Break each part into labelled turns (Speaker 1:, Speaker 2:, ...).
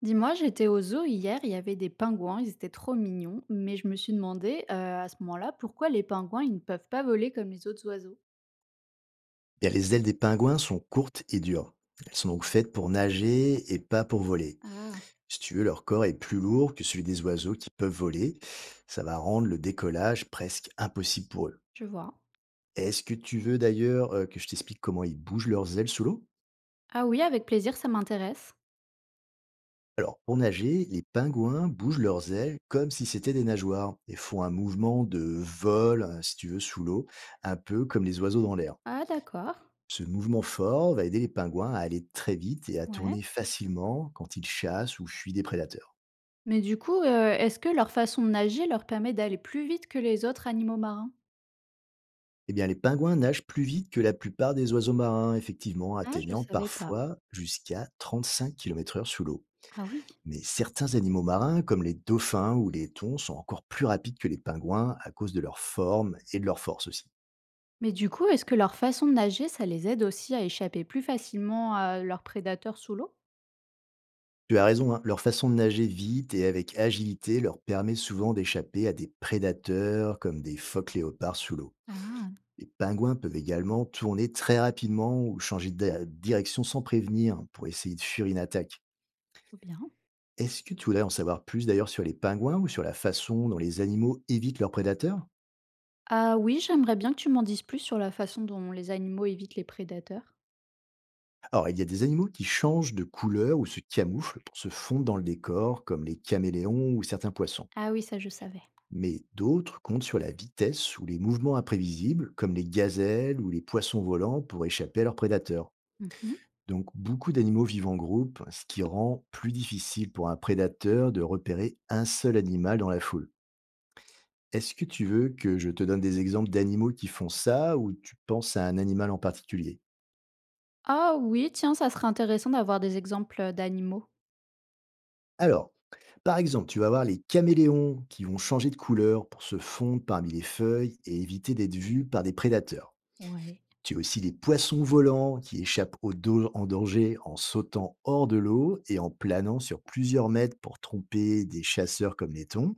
Speaker 1: Dis-moi, j'étais au zoo hier, il y avait des pingouins, ils étaient trop mignons, mais je me suis demandé à ce moment-là pourquoi les pingouins ils ne peuvent pas voler comme les autres oiseaux.
Speaker 2: Bien, les ailes des pingouins sont courtes et dures. Elles sont donc faites pour nager et pas pour voler.
Speaker 1: Ah,
Speaker 2: Si tu veux, leur corps est plus lourd que celui des oiseaux qui peuvent voler. Ça va rendre le décollage presque impossible pour eux.
Speaker 1: je vois.
Speaker 2: Est-ce que tu veux d'ailleurs que je t'explique comment ils bougent leurs ailes sous l'eau?
Speaker 1: Ah oui, avec plaisir, ça m'intéresse.
Speaker 2: Alors, pour nager, les pingouins bougent leurs ailes comme si c'était des nageoires et font un mouvement de vol, si tu veux, sous l'eau, un peu comme les oiseaux dans l'air.
Speaker 1: Ah d'accord.
Speaker 2: Ce mouvement fort va aider les pingouins à aller très vite et à
Speaker 1: Ouais.
Speaker 2: tourner facilement quand ils chassent ou fuient des prédateurs.
Speaker 1: Mais du coup, est-ce que leur façon de nager leur permet d'aller plus vite que les autres animaux marins?
Speaker 2: Eh bien, les pingouins nagent plus vite que la plupart des oiseaux marins, effectivement,
Speaker 1: Ah, je
Speaker 2: atteignant
Speaker 1: savais pas.
Speaker 2: parfois jusqu'à 35 km/h sous l'eau.
Speaker 1: Ah oui.
Speaker 2: Mais certains animaux marins, comme les dauphins ou les thons, sont encore plus rapides que les pingouins à cause de leur forme et de leur force aussi.
Speaker 1: Mais du coup, est-ce que leur façon de nager, ça les aide aussi à échapper plus facilement à leurs prédateurs sous l'eau?
Speaker 2: Tu as raison, hein, leur façon de nager vite et avec agilité leur permet souvent d'échapper à des prédateurs comme des phoques léopards sous l'eau.
Speaker 1: Ah,
Speaker 2: Les pingouins peuvent également tourner très rapidement ou changer de direction sans prévenir pour essayer de fuir une attaque.
Speaker 1: trop bien.
Speaker 2: Est-ce que tu voudrais en savoir plus d'ailleurs sur les pingouins ou sur la façon dont les animaux évitent leurs prédateurs?
Speaker 1: Ah oui, j'aimerais bien que tu m'en dises plus sur la façon dont les animaux évitent les prédateurs.
Speaker 2: Alors, il y a des animaux qui changent de couleur ou se camouflent pour se fondre dans le décor, comme les caméléons ou certains poissons.
Speaker 1: Ah oui, ça je savais.
Speaker 2: Mais d'autres comptent sur la vitesse ou les mouvements imprévisibles, comme les gazelles ou les poissons volants, pour échapper à leurs prédateurs.
Speaker 1: Mhm.
Speaker 2: Donc beaucoup d'animaux vivent en groupe, ce qui rend plus difficile pour un prédateur de repérer un seul animal dans la foule. Est-ce que tu veux que je te donne des exemples d'animaux qui font ça ou tu penses à un animal en particulier?
Speaker 1: Ah oui, tiens, ça serait intéressant d'avoir des exemples d'animaux.
Speaker 2: Alors, par exemple, tu vas voir les caméléons qui vont changer de couleur pour se fondre parmi les feuilles et éviter d'être vus par des prédateurs.
Speaker 1: Ouais.
Speaker 2: Tu as aussi les poissons volants qui échappent au dos en danger en sautant hors de l'eau et en planant sur plusieurs mètres pour tromper des chasseurs comme les thons.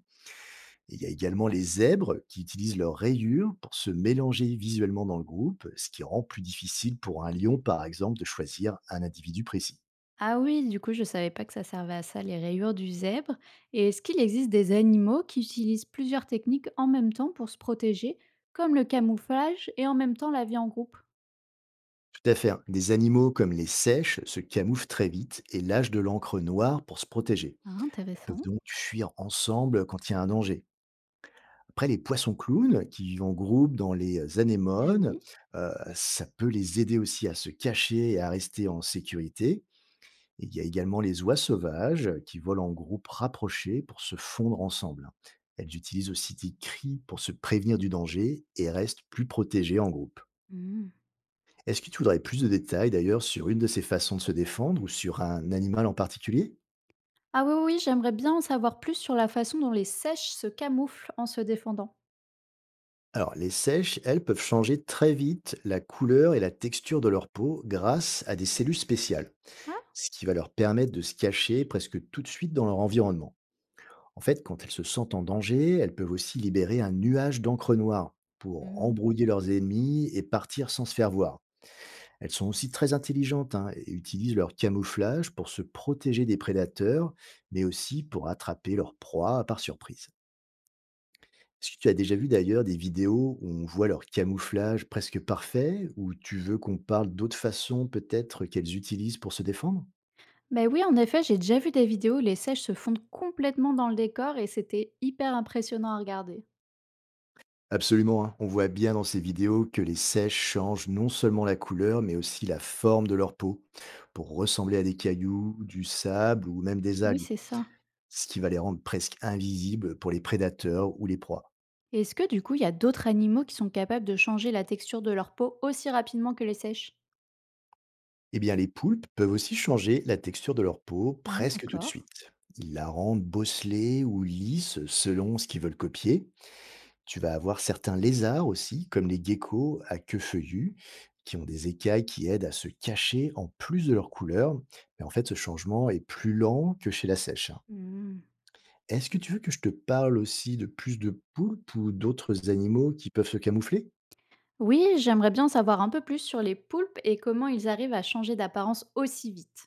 Speaker 2: Et il y a également les zèbres qui utilisent leurs rayures pour se mélanger visuellement dans le groupe, ce qui rend plus difficile pour un lion, par exemple, de choisir un individu précis.
Speaker 1: Ah oui, du coup, je savais pas que ça servait à ça, les rayures du zèbre. Et est-ce qu'il existe des animaux qui utilisent plusieurs techniques en même temps pour se protéger, comme le camouflage et en même temps la vie en groupe?
Speaker 2: Tout à fait, hein. Des animaux comme les sèches se camouflent très vite et lâchent de l'encre noire pour se protéger.
Speaker 1: Ah,
Speaker 2: Elles peuvent
Speaker 1: intéressant.
Speaker 2: donc fuir ensemble quand il y a un danger. Après, les poissons clowns qui vivent en groupe dans les
Speaker 1: Ah
Speaker 2: anémones,
Speaker 1: oui.
Speaker 2: ça peut les aider aussi à se cacher et à rester en sécurité. Et il y a également les oies sauvages qui volent en groupes rapprochés pour se fondre ensemble, hein. Elles utilisent aussi des cris pour se prévenir du danger et restent plus protégées en groupe.
Speaker 1: Hmm.
Speaker 2: Est-ce que tu voudrais plus de détails d'ailleurs sur une de ces façons de se défendre ou sur un animal en particulier?
Speaker 1: Ah oui, oui, oui, j'aimerais bien en savoir plus sur la façon dont les sèches se camouflent en se défendant.
Speaker 2: Alors, les sèches, elles peuvent changer très vite la couleur et la texture de leur peau grâce à des cellules spéciales,
Speaker 1: Ah.
Speaker 2: ce qui va leur permettre de se cacher presque tout de suite dans leur environnement. En fait, quand elles se sentent en danger, elles peuvent aussi libérer un nuage d'encre noire pour
Speaker 1: Hmm.
Speaker 2: embrouiller leurs ennemis et partir sans se faire voir. Elles sont aussi très intelligentes, hein, et utilisent leur camouflage pour se protéger des prédateurs, mais aussi pour attraper leur proie par surprise. Est-ce que tu as déjà vu d'ailleurs des vidéos où on voit leur camouflage presque parfait, ou tu veux qu'on parle d'autres façons peut-être qu'elles utilisent pour se défendre?
Speaker 1: Ben oui, en effet, j'ai déjà vu des vidéos où les sèches se fondent complètement dans le décor et c'était hyper impressionnant à regarder.
Speaker 2: Absolument, hein. On voit bien dans ces vidéos que les seiches changent non seulement la couleur, mais aussi la forme de leur peau, pour ressembler à des cailloux, du sable ou même des
Speaker 1: Oui,
Speaker 2: algues,
Speaker 1: c'est ça.
Speaker 2: ce qui va les rendre presque invisibles pour les prédateurs ou les proies.
Speaker 1: Et est-ce que du coup, il y a d'autres animaux qui sont capables de changer la texture de leur peau aussi rapidement que les sèches?
Speaker 2: Eh bien, les poulpes peuvent aussi changer la texture de leur peau
Speaker 1: Ah,
Speaker 2: presque tout de
Speaker 1: d'accord.
Speaker 2: suite. Ils la rendent bosselée ou lisse selon ce qu'ils veulent copier. Tu vas avoir certains lézards aussi, comme les geckos à queue feuillue, qui ont des écailles qui aident à se cacher en plus de leur couleur. Mais en fait, ce changement est plus lent que chez la sèche, hein.
Speaker 1: Hmm.
Speaker 2: Est-ce que tu veux que je te parle aussi de plus de poulpes ou d'autres animaux qui peuvent se camoufler?
Speaker 1: Oui, j'aimerais bien en savoir un peu plus sur les poulpes et comment ils arrivent à changer d'apparence aussi vite.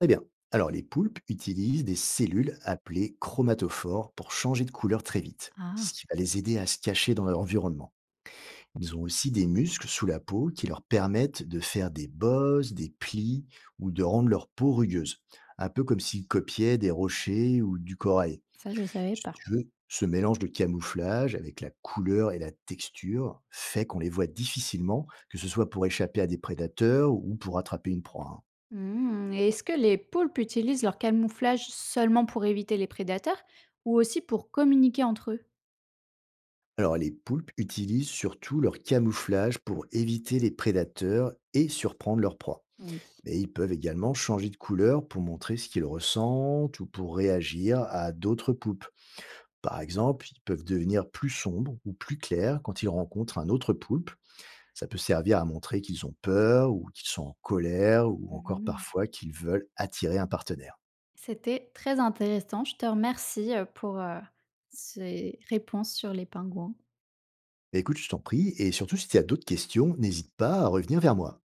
Speaker 2: Très bien. Alors, les poulpes utilisent des cellules appelées chromatophores pour changer de couleur très vite,
Speaker 1: Ah,
Speaker 2: ce qui va les aider à se cacher dans leur environnement. Ils ont aussi des muscles sous la peau qui leur permettent de faire des bosses, des plis ou de rendre leur peau rugueuse, un peu comme s'ils copiaient des rochers ou du corail.
Speaker 1: ça, je ne savais
Speaker 2: Si
Speaker 1: pas.
Speaker 2: tu veux, ce mélange de camouflage avec la couleur et la texture fait qu'on les voit difficilement, que ce soit pour échapper à des prédateurs ou pour attraper une proie, hein.
Speaker 1: Hmm. Et est-ce que les poulpes utilisent leur camouflage seulement pour éviter les prédateurs ou aussi pour communiquer entre eux?
Speaker 2: Alors les poulpes utilisent surtout leur camouflage pour éviter les prédateurs et surprendre leurs proies.
Speaker 1: Oui.
Speaker 2: Mais ils peuvent également changer de couleur pour montrer ce qu'ils ressentent ou pour réagir à d'autres poulpes. Par exemple, ils peuvent devenir plus sombres ou plus clairs quand ils rencontrent un autre poulpe. Ça peut servir à montrer qu'ils ont peur ou qu'ils sont en colère ou encore parfois qu'ils veulent attirer un partenaire.
Speaker 1: C'était très intéressant. Je te remercie, pour, ces réponses sur les pingouins.
Speaker 2: Mais écoute, je t'en prie, et surtout si tu as d'autres questions, n'hésite pas à revenir vers moi.